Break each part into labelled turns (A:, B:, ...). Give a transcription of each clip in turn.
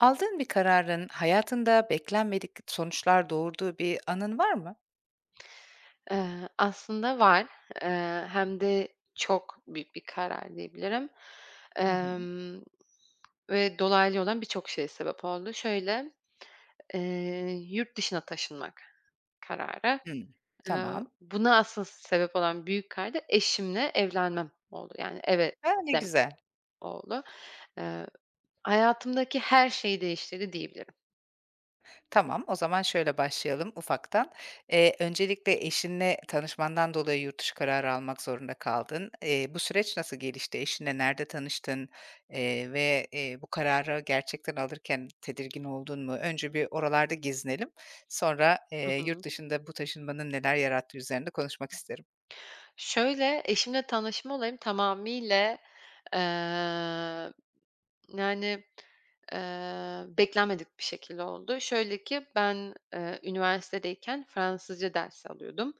A: Aldığın bir kararın hayatında beklenmedik sonuçlar doğurduğu bir anın var mı?
B: Aslında var. Hem de çok büyük bir karar diyebilirim.
A: Hı hı.
B: Emm, Ve dolaylı olan birçok şeye sebep oldu. Şöyle, yurt dışına taşınmak kararı.
A: Hımm. Tamam.
B: Buna asıl sebep olan büyük karar da eşimle evlenmem oldu. Yani, evet
A: A, ne
B: demem
A: güzel.
B: oldu. Eee, Hayatımdaki her şeyi değiştirdi diyebilirim.
A: Tamam, o zaman şöyle başlayalım ufaktan. Öncelikle eşinle tanışmandan dolayı yurt dışı kararı almak zorunda kaldın. Bu süreç nasıl gelişti? Eşinle nerede tanıştın, ve, bu kararı gerçekten alırken tedirgin oldun mu? Önce bir oralarda gezinelim. Sonra,
B: Hı
A: yurt
B: hı.
A: dışında bu taşınmanın neler yarattığı üzerinde konuşmak isterim.
B: Şöyle, eşimle tanışma olayım tamamıyla, eee yani, beklenmedik bir şekilde oldu. Şöyle ki ben, üniversitedeyken Fransızca dersi alıyordum.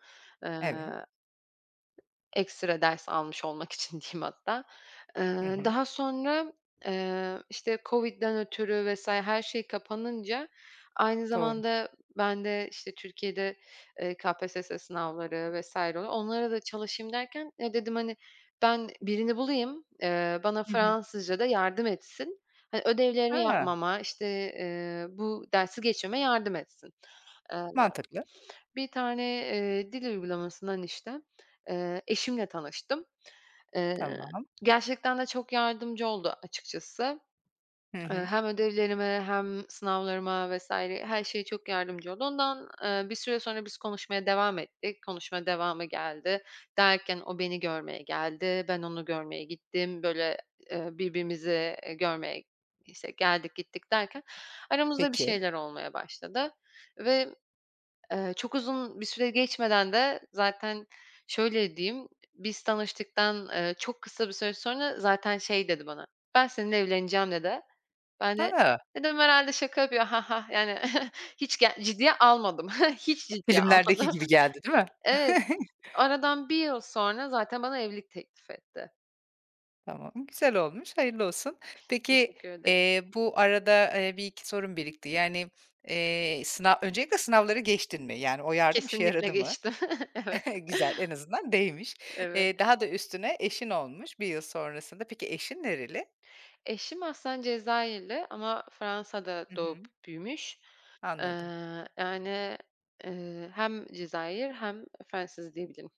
B: Eee
A: Evet.
B: Ekstra ders almış olmak için diyeyim hatta.
A: Hı
B: Eee,
A: hı.
B: Daha sonra, işte, COVID'den ötürü vs. her şey kapanınca aynı
A: Doğru.
B: zamanda ben de, işte, Türkiye'de, KPSS sınavları vs. oluyor. Onlara da çalışayım derken, ya, dedim, hani, ben birini bulayım, bana
A: Hı hı.
B: Fransızca'da yardım etsin. Hani, ödevlerimi
A: A!
B: yapmama, işte, bu dersi geçmeme yardım etsin. Eee,
A: Mantıklı.
B: Bir tane, dil uygulamasından, işte, eşimle tanıştım. Eee,
A: Tamam.
B: Gerçekten de çok yardımcı oldu açıkçası.
A: Hı hı.
B: Hem ödevlerime hem sınavlarıma vesaire her şeye çok yardımcı oldu. Ondan, bir süre sonra biz konuşmaya devam ettik. Konuşma devamı geldi. Derken o beni görmeye geldi, ben onu görmeye gittim. Böyle, birbirimizi, görmeye, işte, geldik gittik derken aramızda bir
A: Peki.
B: şeyler olmaya başladı ve çok uzun bir süre geçmeden de zaten şöyle diyeyim, biz tanıştıktan, çok kısa bir süre sonra zaten şey dedi bana, "Ben seninle evleneceğim." dedi. Ben de
A: A!
B: dedim, "Herhâlde şaka yapıyor, ha ha." yani hiç ciddiye almadım. Hiç ciddiye almadım.
A: Filmlerdeki gibi geldi, değil mi?
B: Evet, aradan bir yıl sonra zaten bana evlilik teklif etti.
A: Tamam, güzel olmuş, hayırlı olsun. Peki,
B: Teşekkür ederim.
A: bu arada, 1-2 sorum birikti. Yani, sınav öncelikle sınavları geçtin mi? Yani o yardım işe
B: Kesinlikle
A: yaradı mı?
B: geçtim. Evet,
A: Güzel, en azından değmiş.
B: evet.
A: Daha da üstüne eşin olmuş bir yıl sonrasında. Peki eşin nereli?
B: Eşim aslen Cezayirli ama Fransa'da
A: Hı
B: doğup
A: hı.
B: büyümüş.
A: Anladım.
B: Yani, hem Cezayir hem Fransız diyebilirim.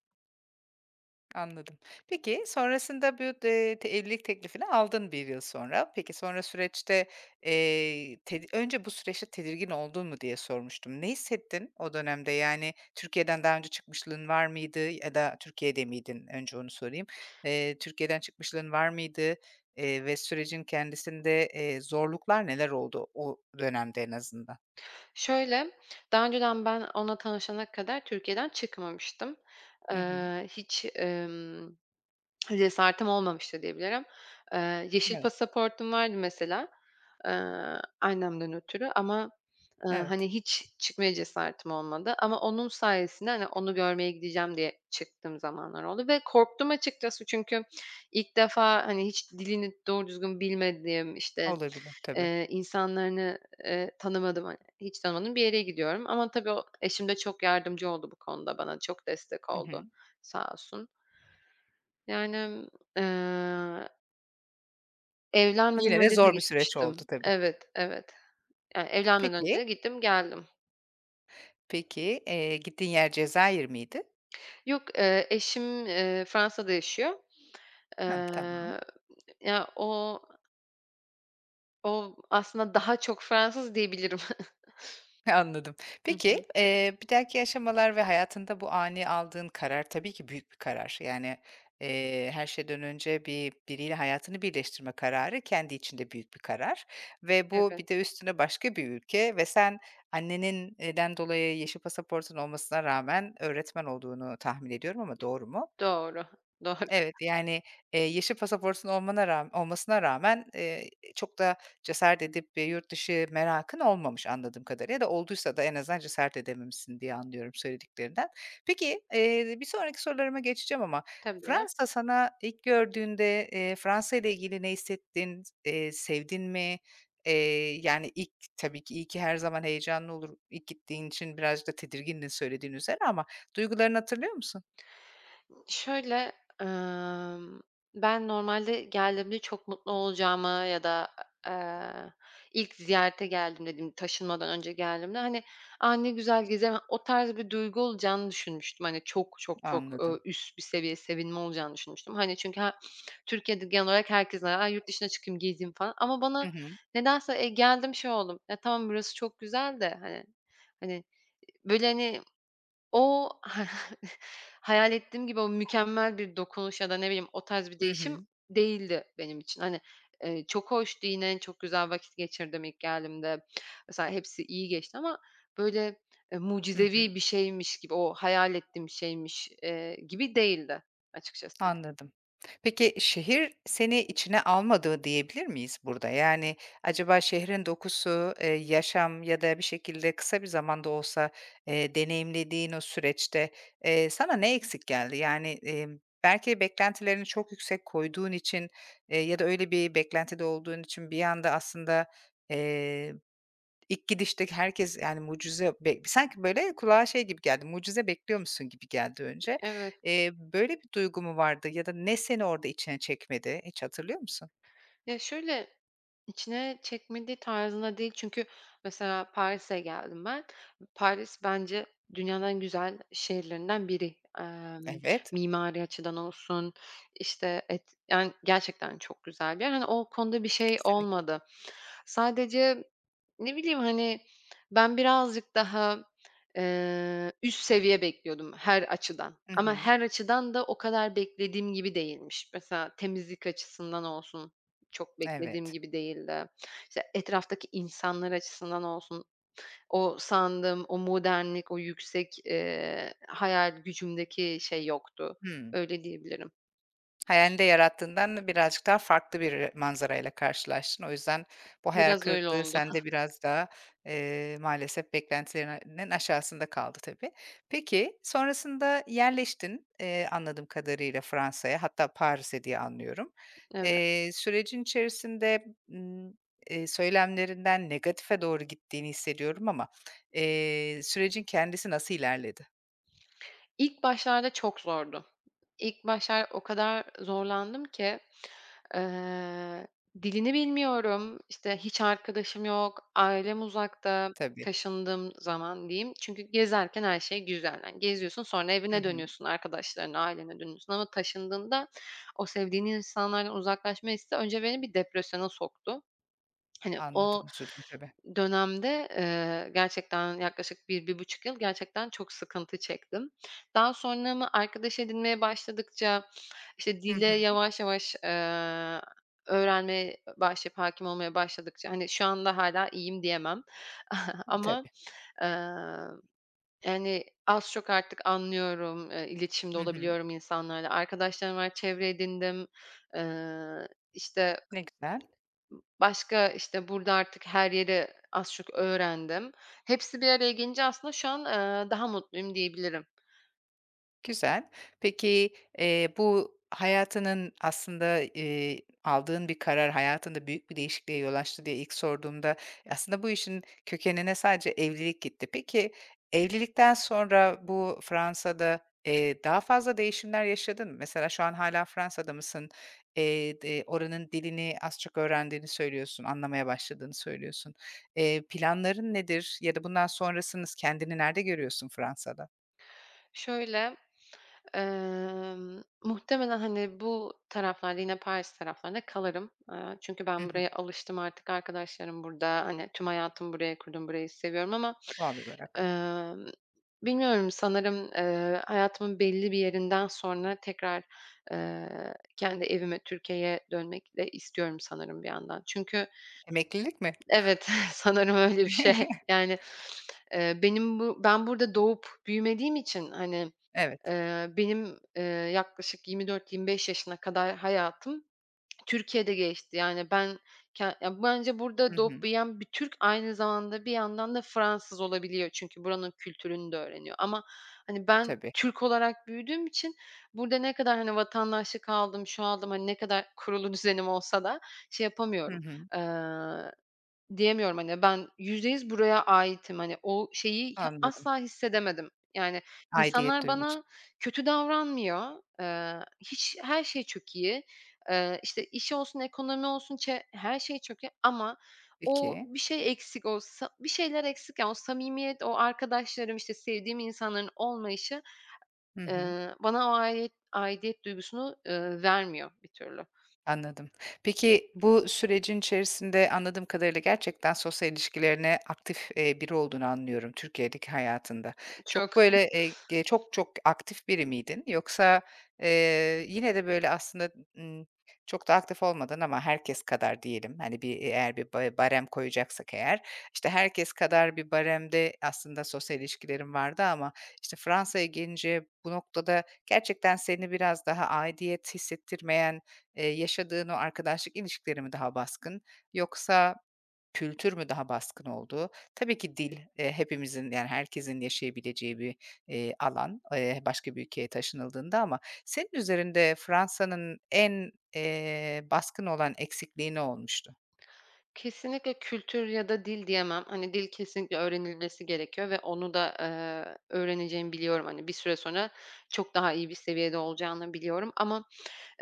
A: Anladım. Peki, sonrasında bu, te evlilik teklifini aldın bir yıl sonra. Peki, sonra süreçte, tedi önce bu süreçte tedirgin oldun mu diye sormuştum. Ne hissettin o dönemde? Yani, Türkiye'den daha önce çıkmışlığın var mıydı ya da Türkiye'de miydin? Önce onu sorayım. Türkiye'den çıkmışlığın var mıydı, ve sürecin kendisinde, zorluklar neler oldu o dönemde en azından?
B: Şöyle, daha önceden ben onunla tanışana kadar Türkiye'den çıkmamıştım.
A: Hı hı.
B: Eee, hiç, Cesaretim olmamıştı diyebilirim. Yeşil
A: Evet,
B: pasaportum vardı mesela, eee, annemden ötürü ama,
A: evet.
B: hani, hiç çıkmaya cesaretim olmadı ama onun sayesinde, hani, onu görmeye gideceğim diye çıktığım zamanlar oldu ve korktum açıkçası çünkü ilk defa, hani, hiç dilini doğru düzgün bilmediğim, işte,
A: Olabilir tabii.
B: insanlarını, tanımadığım, hani, hiç tanımadığım bir yere gidiyorum ama tabii o eşim de çok yardımcı oldu bu konuda bana, çok destek
A: Hı hı.
B: oldu sağ olsun. Yani, eee, evlenmeden
A: Yine de
B: önce de
A: zor bir süreç oldu
B: gitmiştim.
A: tabii.
B: Evet, evet. Yani, evlenmeden
A: Peki.
B: önce gittim, geldim.
A: Peki, gittiğin yer Cezayir miydi?
B: Yok, eşim, Fransa'da yaşıyor.
A: Ha
B: Eee,
A: tamam,
B: Ya, o aslında daha çok Fransız diyebilirim.
A: anladım.
B: Hı hı.
A: Peki, bir dahaki aşamalar ve hayatında bu ani aldığın karar tabii ki büyük bir karar. Yani, her şeyden önce bir biriyle hayatını birleştirme kararı kendi içinde büyük bir karar ve bu
B: Evet,
A: bir de üstüne başka bir ülke ve sen annenin den dolayı yeşil pasaportun olmasına rağmen öğretmen olduğunu tahmin ediyorum ama doğru mu?
B: doğru, doğru.
A: Evet, yani, yeşil pasaportun olmana ram olmasına rağmen, çok da cesaret edip, yurt dışı merakın olmamış anladığım kadarıyla ya da olduysa da en azından cesaret edememişsin diye anlıyorum söylediklerinden. Peki, bir sonraki sorularıma geçeceğim ama
B: Tabii.
A: Fransa sana ilk gördüğünde, Fransa ile ilgili ne hissettin? Sevdin mi? Yani, ilk tabii ki iyi ki her zaman heyecanlı olur. İlk gittiğin için birazcık da tedirgindin söylediğin üzere ama duygularını hatırlıyor musun?
B: Şöyle, emm, ben normalde geldiğimde çok mutlu olacağımı ya da, e, eee, ilk ziyarete geldiğimde diyeyim, taşınmadan önce geldiğimde, hani, "A, ne güzel gezeceğim." O tarz bir duygu olacağını düşünmüştüm. Hani, çok çok çok,
A: Anladım.
B: üst bir seviye sevinme olacağını düşünmüştüm. Hani, çünkü Türkiye'de genel olarak herkes, "A, yurt dışına çıkayım, gezeyim." falan ama bana
A: Hı hı.
B: nedense, geldim şey oldum, "Ya, tamam burası çok güzel de." hani hani, böyle, hani, o hayal ettiğim gibi o mükemmel bir dokunuş ya da ne bileyim o tarz bir
A: Hı
B: değişim
A: hı.
B: değildi benim için. Hani, çok hoştu yine, çok güzel vakit geçirdim ilk geldiğimde. Mesela hepsi iyi geçti ama böyle,
A: Hı hı,
B: mucizevi bir şeymiş gibi, o hayal ettiğim şeymiş, gibi değildi açıkçası.
A: anladım. Peki şehir seni içine almadı diyebilir miyiz burada? Yani acaba şehrin dokusu, yaşam ya da bir şekilde kısa bir zamanda olsa, deneyimlediğin o süreçte, sana ne eksik geldi? Yani, belki beklentilerini çok yüksek koyduğun için, ya da öyle bir beklentide olduğun için bir anda aslında, İlk gidişte herkes, yani, mucize be sanki, böyle, kulağa şey gibi geldi, mucize bekliyor musun gibi geldi önce.
B: Evet.
A: Böyle bir duygu mu vardı ya da ne seni orada içine çekmedi? Hiç hatırlıyor musun?
B: Ya, şöyle. İçine çekmedi tarzında değil çünkü mesela Paris'e geldim ben. Paris bence dünyanın en güzel şehirlerinden biri.
A: Evet,
B: Mimari açıdan olsun, işte, yani gerçekten çok güzel bir yer. Hani, o konuda bir şey
A: kesinlikle.
B: olmadı. Sadece ne bileyim, hani, ben birazcık daha, üst seviye bekliyordum her açıdan
A: Hı
B: ama
A: hı.
B: her açıdan da o kadar beklediğim gibi değilmiş. Mesela temizlik açısından olsun, çok beklediğim
A: Evet.
B: gibi değildi. İşte, etraftaki insanlar açısından olsun, o sandığım o modernlik, o yüksek, hayal gücümdeki şey yoktu.
A: Hıı.
B: Öyle diyebilirim.
A: Hayalinde yarattığından birazcık daha farklı bir manzarayla karşılaştın. O yüzden bu hayal
B: Biraz öyle
A: kırıklığı
B: oldu.
A: sende biraz daha, maalesef beklentilerinin aşağısında kaldı tabii. Peki, sonrasında yerleştin, anladığım kadarıyla Fransa'ya, hatta Paris'e diye anlıyorum.
B: Evet.
A: Sürecin içerisinde, ımm, söylemlerinden negatife doğru gittiğini hissediyorum ama, sürecin kendisi nasıl ilerledi?
B: İlk başlarda çok zordu. İlk başlar o kadar zorlandım ki Eee, dilini bilmiyorum, işte, hiç arkadaşım yok, ailem uzakta
A: Tabii.
B: taşındığım zaman diyeyim. Çünkü gezerken her şey güzel. Hani, geziyorsun, sonra
A: Hı
B: evine
A: hı.
B: dönüyorsun, arkadaşlarına, ailene dönüyorsun ama taşındığında o sevdiğin insanlardan uzaklaşma hissi önce beni bir depresyona soktu. Hani,
A: Anladım,
B: o
A: üzüldüm tabii.
B: dönemde, gerçekten yaklaşık bir bir buçuk yıl gerçekten çok sıkıntı çektim. Daha sonra mı arkadaş edinmeye başladıkça işte,
A: Hı
B: dile
A: hı.
B: yavaş yavaş, öğrenmeye başlayıp hakim olmaya başladıkça, hani, şu anda hala iyiyim diyemem ama,
A: Tabii.
B: eee, yani, az çok artık anlıyorum, iletişimde
A: Hı hı.
B: olabiliyorum insanlarla. Arkadaşlarım var, çevre edindim. İşte,
A: Ne güzel,
B: başka, işte, burada artık her yeri az çok öğrendim. Hepsi bir araya gelince aslında şu an, daha mutluyum diyebilirim.
A: güzel. Peki, bu hayatının aslında, aldığın bir karar hayatında büyük bir değişikliğe yol açtı diye ilk sorduğumda aslında bu işin kökenine sadece evlilik gitti. Peki, evlilikten sonra bu Fransa'da, daha fazla değişimler yaşadın mı? Mesela şu an hala Fransa'da mısın? D oranın dilini az çok öğrendiğini söylüyorsun, anlamaya başladığını söylüyorsun. Planların nedir ya da bundan sonrasınız kendini nerede görüyorsun Fransa'da?
B: Şöyle. Muhtemelen, hani, bu taraflarda, yine Paris taraflarında kalırım. Çünkü ben buraya alıştım artık. Arkadaşlarım burada. Hani, tüm hayatımı buraya kurdum. Burayı seviyorum ama,
A: Doğal olarak.
B: emm, bilmiyorum, sanırım, hayatımın belli bir yerinden sonra tekrar, kendi evime, Türkiye'ye dönmek de istiyorum sanırım bir yandan. Çünkü.
A: Emeklilik mi?
B: Evet, sanırım öyle bir şey. Yani, benim bu ben burada doğup büyümediğim için, hani,
A: Evet.
B: Benim, yaklaşık 24-25 yaşına kadar hayatım Türkiye'de geçti. Yani ben ya, bence
A: Hı
B: burada doğup
A: hı.
B: büyüyen bir Türk aynı zamanda bir yandan da Fransız olabiliyor. Çünkü buranın kültürünü de öğreniyor ama, hani, ben
A: Tabii.
B: Türk olarak büyüdüğüm için burada ne kadar, hani, vatandaşlık aldım, şu aldım, hani, ne kadar kurulu düzenim olsa da şey
A: Hı
B: yapamıyorum.
A: hı.
B: Eee Diyemiyorum, hani, ben %100 buraya aitim. Hani, o şeyi ya
A: Anladım.
B: asla hissedemedim. Yani,
A: Aidiyet
B: insanlar
A: duygusu.
B: bana kötü davranmıyor. Hiç her şey çok iyi. İşte, iş olsun, ekonomi olsun, her şey çok iyi ama o
A: Peki.
B: bir şey eksik, o bir şeyler eksik, yani, o samimiyet, o arkadaşlarım, işte, sevdiğim insanların olmayışı,
A: Hı hı.
B: bana o aidiyet duygusunu, vermiyor bir türlü.
A: Anladım. Peki, bu sürecin içerisinde anladığım kadarıyla gerçekten sosyal ilişkilerine aktif, biri olduğunu anlıyorum Türkiye'deki hayatında.
B: Çok.
A: Çok böyle, ge çok çok aktif biri miydin yoksa, yine de böyle aslında, ımm, çok da aktif olmadan ama herkes kadar diyelim, hani, eğer bir ba barem koyacaksak eğer, işte, herkes kadar bir baremde aslında sosyal ilişkilerim vardı ama, işte, Fransa'ya gelince bu noktada gerçekten seni biraz daha aidiyet hissettirmeyen yaşadığın o arkadaşlık ilişkileri mi daha baskın yoksa kültür mü daha baskın oldu? Tabii ki dil, hepimizin, yani, herkesin yaşayabileceği bir, alan, başka bir ülkeye taşınıldığında ama senin üzerinde Fransa'nın en, baskın olan eksikliği ne olmuştu?
B: Kesinlikle kültür ya da dil diyemem. Hani, dil kesinlikle öğrenilmesi gerekiyor ve onu da, öğreneceğimi biliyorum. Hani, bir süre sonra çok daha iyi bir seviyede olacağını biliyorum ama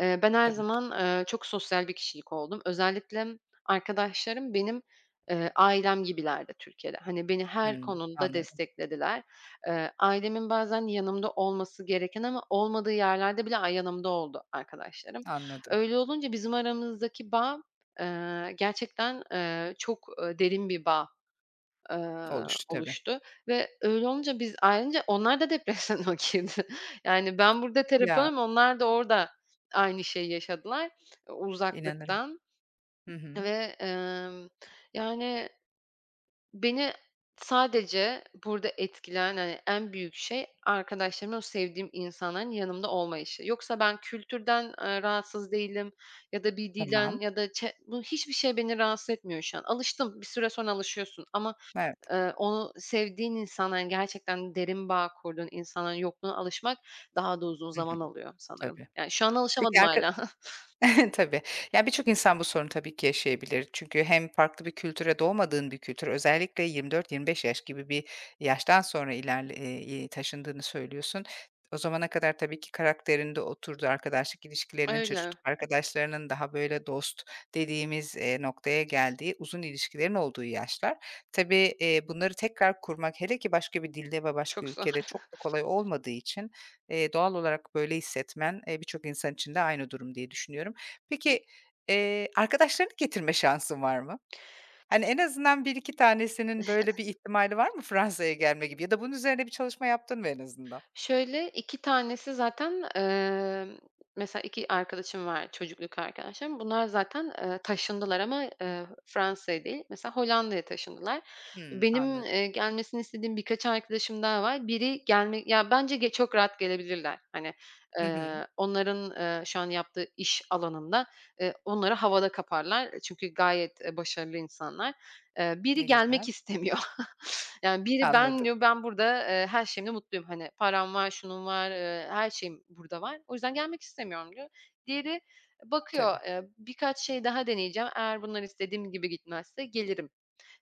B: Ben her
A: Tabii ki.
B: zaman, çok sosyal bir kişilik oldum. Özellikle arkadaşlarım benim, ailem gibilerdi Türkiye'de. Hani, beni her
A: Hımm,
B: konuda
A: anladım,
B: desteklediler. Ailemin bazen yanımda olması gereken ama olmadığı yerlerde bile yanımda oldu arkadaşlarım.
A: anladım.
B: Öyle olunca bizim aramızdaki bağ, gerçekten, çok, derin bir bağ
A: Oluştu tabii.
B: oluştu ve öyle olunca biz ayrılınca onlar da depresyona girdi. Yani ben burada terapi
A: Ya,
B: alıyorum, onlar da orada aynı şeyi yaşadılar,
A: inanırım.
B: uzaklıktan
A: Hı hı.
B: ve, yani beni sadece burada etkileyen, hani, en büyük şey arkadaşlarımın, o sevdiğim insanların yanımda olmayışı. Yoksa ben kültürden, rahatsız değilim ya da bir
A: Tamam.
B: dilden ya da bu hiçbir şey beni rahatsız etmiyor şu an. Alıştım, bir süre sonra alışıyorsun ama
A: Evet.
B: Onu sevdiğin insanla, yani, gerçekten derin bağ kurduğun insanların yokluğuna alışmak daha da uzun
A: Hı hı.
B: zaman alıyor sanırım.
A: Tabii.
B: Yani, şu an
A: Peki
B: alışamadım
A: arka
B: hâlâ.
A: Tabii. Yani birçok insan bu sorunu tabii ki yaşayabilir. Çünkü hem farklı bir kültüre, doğmadığın bir kültür, özellikle 24-25 yaş gibi bir yaştan sonra ilerle taşındığını söylüyorsun. O zamana kadar tabii ki karakterinde oturdu, arkadaşlık ilişkilerinin,
B: Öyle.
A: çocukluk arkadaşlarının daha böyle dost dediğimiz, noktaya geldiği, uzun ilişkilerin olduğu yaşlar. Tabii, bunları tekrar kurmak, hele ki başka bir dilde ve başka
B: Çok zor.
A: ülkede çok da kolay olmadığı için, doğal olarak böyle hissetmen, birçok insan için de aynı durum diye düşünüyorum. Peki, arkadaşlarını getirme şansın var mı? Hani, en azından bir iki tanesinin böyle bir ihtimali var mı Fransa'ya gelme gibi ya da bunun üzerine bir çalışma yaptın mı en azından?
B: Şöyle, 2 tanesi zaten, mesela 2 arkadaşım var, çocukluk arkadaşım. Bunlar zaten, taşındılar ama, Fransa'ya değil, mesela Hollanda'ya taşındılar.
A: Hımm,
B: Benim,
A: anladım.
B: gelmesini istediğim birkaç arkadaşım daha var. Biri ya, bence çok rahat gelebilirler. Hani,
A: Hı hı.
B: onların, şu an yaptığı iş alanında, onları havada kaparlar. Çünkü gayet, başarılı insanlar.
A: Ne
B: Biri
A: güzel.
B: gelmek istemiyor. Yani biri ben
A: Anladım.
B: diyor, ben burada, her şeyimle mutluyum. Hani param var, şunun var, her şeyim burada var. O yüzden gelmek istemiyorum diyor. Diğeri bakıyor,
A: Tabii.
B: birkaç şey daha deneyeceğim. Eğer bunlar istediğim gibi gitmezse gelirim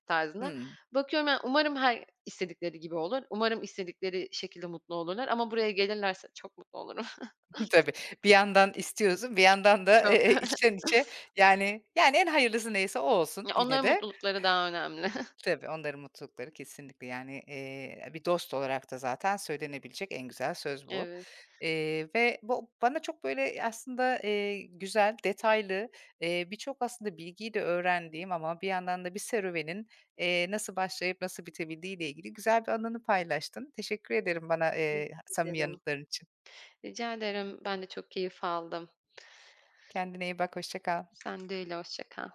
B: tarzında.
A: Hımm.
B: Bakıyorum yani umarım her istedikleri gibi olur. Umarım istedikleri şekilde mutlu olurlar ama buraya gelirlerse çok mutlu olurum.
A: Tabii. Bir yandan istiyorsun, bir yandan da,
B: Çok.
A: içten içe yani en hayırlısı neyse o olsun
B: Ya,
A: yine
B: onların
A: de.
B: mutlulukları daha önemli.
A: Tabii, onların mutlulukları kesinlikle. Yani, bir dost olarak da zaten söylenebilecek en güzel söz bu.
B: Evet.
A: Ve bu bana çok, böyle, aslında, güzel, detaylı, birçok aslında bilgiyi de öğrendiğim ama bir yandan da bir serüvenin, nasıl başlayıp nasıl bitebildiği ile ilgili güzel bir anını paylaştın. Teşekkür ederim bana,
B: Rica
A: samimi
B: ederim.
A: yanıtların için.
B: Rica ederim. Ben de çok keyif aldım.
A: Kendine iyi bak, hoşça kal.
B: Sen de öyle. Hoşça kal.